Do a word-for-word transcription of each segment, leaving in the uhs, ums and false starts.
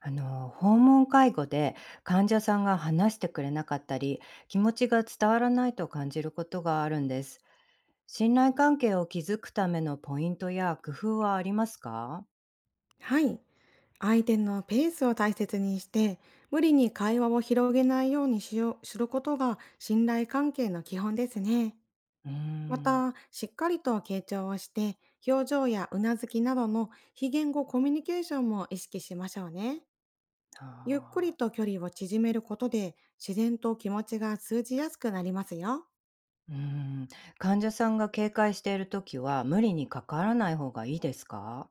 あの訪問介護で患者さんが話してくれなかったり、気持ちが伝わらないと感じることがあるんです。信頼関係を築くためのポイントや工夫はありますか？はい。相手のペースを大切にして、無理に会話を広げないようにしようすることが信頼関係の基本ですね。うーまん。た、しっかりと傾聴をして、表情やうなずきなどの非言語コミュニケーションも意識しましょうね。ゆっくありと距離を縮めることで、自然と気持ちが通じやすくなりますよ。ー。うーん。患者さんが警戒している時は無理に関わらない方がいいですか？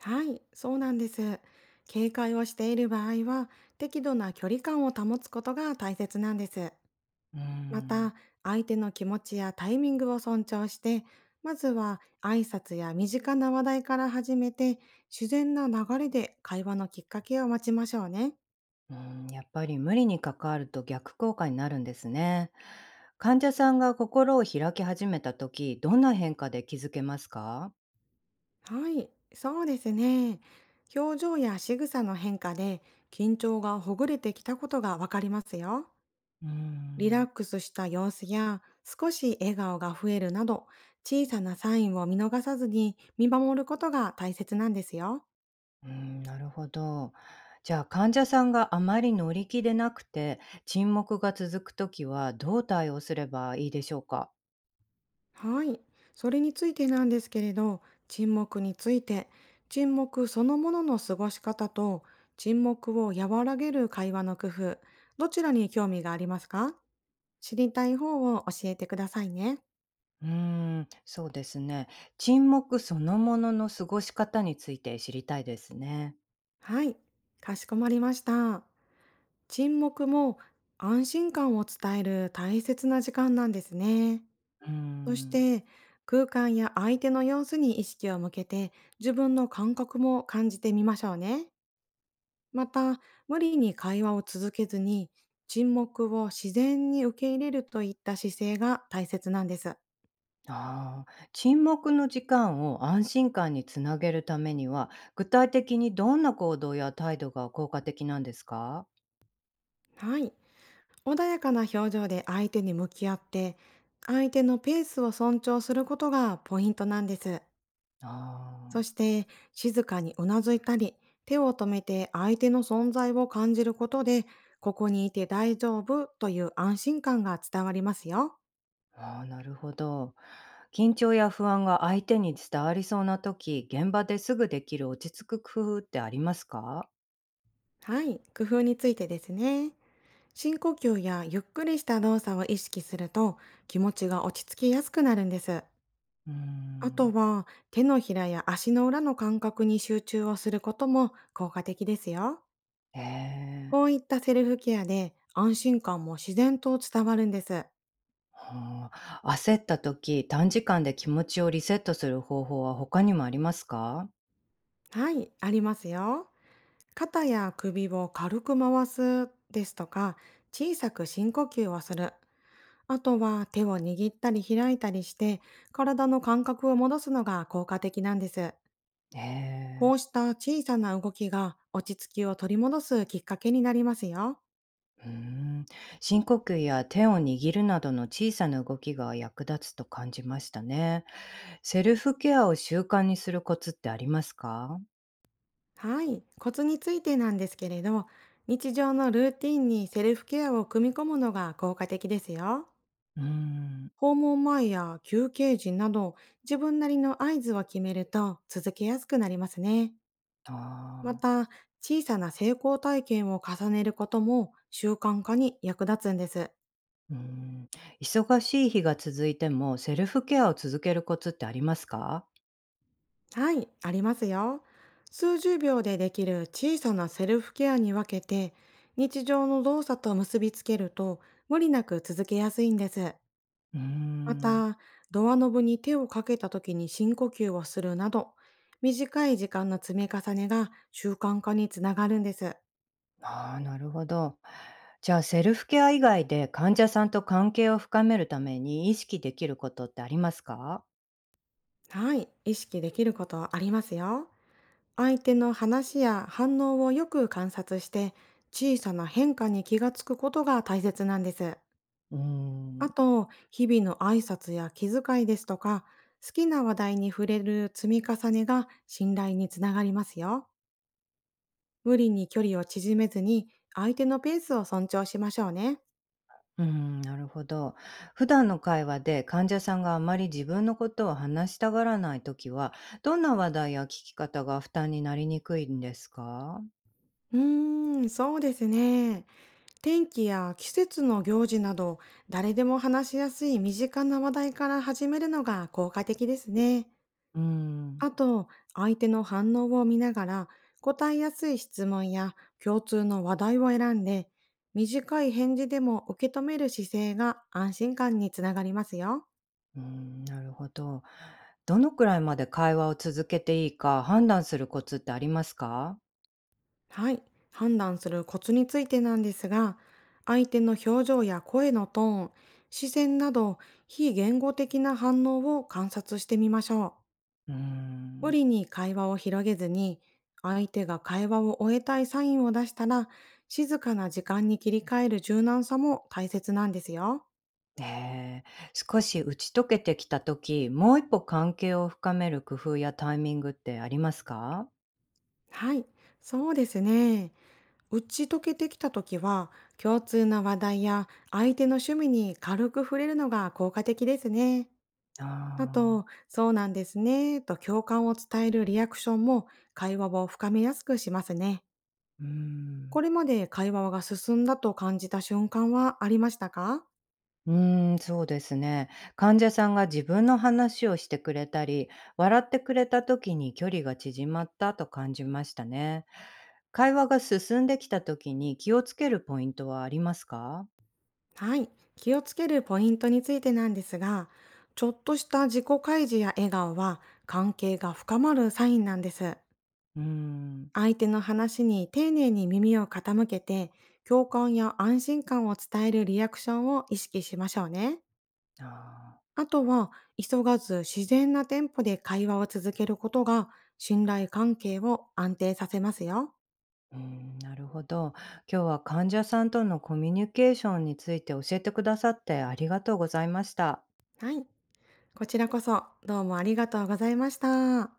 はい、そうなんです。警戒をしている場合は、適度な距離感を保つことが大切なんです。うーまん。た、相手の気持ちやタイミングを尊重して、まずは挨拶や身近な話題から始めて、自然な流れで会話のきっかけを待ちましょうね。うん、やっぱり無理に関わると逆効果になるんですね。患者さんが心を開き始めた時、どんな変化で気づけますか？はい、そうですね。表情や仕草の変化で緊張がほぐれてきたことがわかりますよ。うーリラッん、クスした様子や少し笑顔が増えるなど、小さなサインを見逃さずに見守ることが大切なんですよ。うーん、なるほど。じゃあ、患者さんがあまり乗り気でなくて、沈黙が続くときはどう対応すればいいでしょうか？はい。それについてなんですけれど、沈黙について、沈黙そのものの過ごし方と、沈黙を和らげる会話の工夫、どちらに興味がありますか？知りたい方を教えてくださいね。うーん、そうですね。沈黙そのものの過ごし方について知りたいですね。はい。かしこまりました。沈黙も安心感を伝える大切な時間なんですね。うーそしん。て、空間や相手の様子に意識を向けて、自分の感覚も感じてみましょうね。また、無理に会話を続けずに、沈黙を自然に受け入れるといった姿勢が大切なんです。あー、沈黙の時間を安心感につなげるためには、具体的にどんな行動や態度が効果的なんですか？はい。穏やかな表情で相手に向き合って、相手のペースを尊重することがポイントなんです。あそして、静かにうなずいたり、手を止めて相手の存在を感じることで、ここにいて大丈夫という安心感が伝わりますよ。あ、ああ、なるほど。緊張や不安が相手に伝わりそうな時、現場ですぐできる落ち着く工夫ってありますか？はい。工夫についてですね。深呼吸やゆっくりした動作を意識すると気持ちが落ち着きやすくなるんです。うーあとん。は手のひらや足の裏の感覚に集中をすることも効果的ですよ。ええ。こういったセルフケアで安心感も自然と伝わるんです。はあ。焦った時、短時間で気持ちをリセットする方法は他にもありますか？はい、ありますよ。肩や首を軽く回すですとか小さく深呼吸をする。あとは手を握ったり開いたりして体の感覚を戻すのが効果的なんです。えこえ。うした小さな動きが落ち着きを取り戻すきっかけになりますよ。うーん。深呼吸や手を握るなどの小さな動きが役立つと感じましたね。セルフケアを習慣にするコツってありますか？はい。コツについてなんですけれど、日常のルーティンにセルフケアを組み込むのが効果的ですよ。うーん。訪問前や休憩時など自分なりの合図を決めると続けやすくなりますね。あまあ。た、小さな成功体験を重ねることも習慣化に役立つんです。うーん、忙しい日が続いても、セルフケアを続けるコツってありますか？はい、ありますよ。数十秒でできる小さなセルフケアに分けて、日常の動作と結びつけると、無理なく続けやすいんです。うーまん、た、ドアノブに手をかけた時に深呼吸をするなど、短い時間の積み重ねが習慣化につながるんです。ああ、なるほど。じゃあ、セルフケア以外で患者さんと関係を深めるために意識できることってありますか？はい、意識できることはありますよ。相手の話や反応をよく観察して、小さな変化に気がつくことが大切なんです。うーあん、と、日々の挨拶や気遣いですとか、好きな話題に触れる積み重ねが信頼につながりますよ。無理に距離を縮めずに、相手のペースを尊重しましょうね。うーん、なるほど。普段の会話で患者さんがあまり自分のことを話したがらないときは、どんな話題や聞き方が負担になりにくいんですか？うーん、そうですね。天気や季節の行事など、誰でも話しやすい身近な話題から始めるのが効果的ですね。うーん。あと、相手の反応を見ながら、答えやすい質問や共通の話題を選んで、短い返事でも受け止める姿勢が安心感につながりますよ。うーん、なるほど。どのくらいまで会話を続けていいか判断するコツってありますか？はい。判断するコツについてなんですが、相手の表情や声のトーン、視線など非言語的な反応を観察してみましょう。うー無ん。理に会話を広げずに、相手が会話を終えたいサインを出したら、静かな時間に切り替える柔軟さも大切なんですよ。ええ、少し打ち解けてきた時、もう一歩関係を深める工夫やタイミングってありますか？はい、そうですね。打ち解けてきた時は、共通な話題や相手の趣味に軽く触れるのが効果的ですね。あああと、そうなんですね、と共感を伝えるリアクションも会話を深めやすくしますね。ー、うーこん。れまで会話が進んだと感じた瞬間はありましたか？うーん、そうですね。患者さんが自分の話をしてくれたり、笑ってくれた時に距離が縮まったと感じましたね。会話が進んできた時に気をつけるポイントはありますか？はい。気をつけるポイントについてなんですが、ちょっとした自己開示や笑顔は関係が深まるサインなんです。うーん。相手の話に丁寧に耳を傾けて、共感や安心感を伝えるリアクションを意識しましょうね。ああとは、急がず自然なテンポで会話を続けることが、信頼関係を安定させますよ。ー、うーん、なるほど。今日は患者さんとのコミュニケーションについて教えてくださってありがとうございました。はい。こちらこそ、どうもありがとうございました。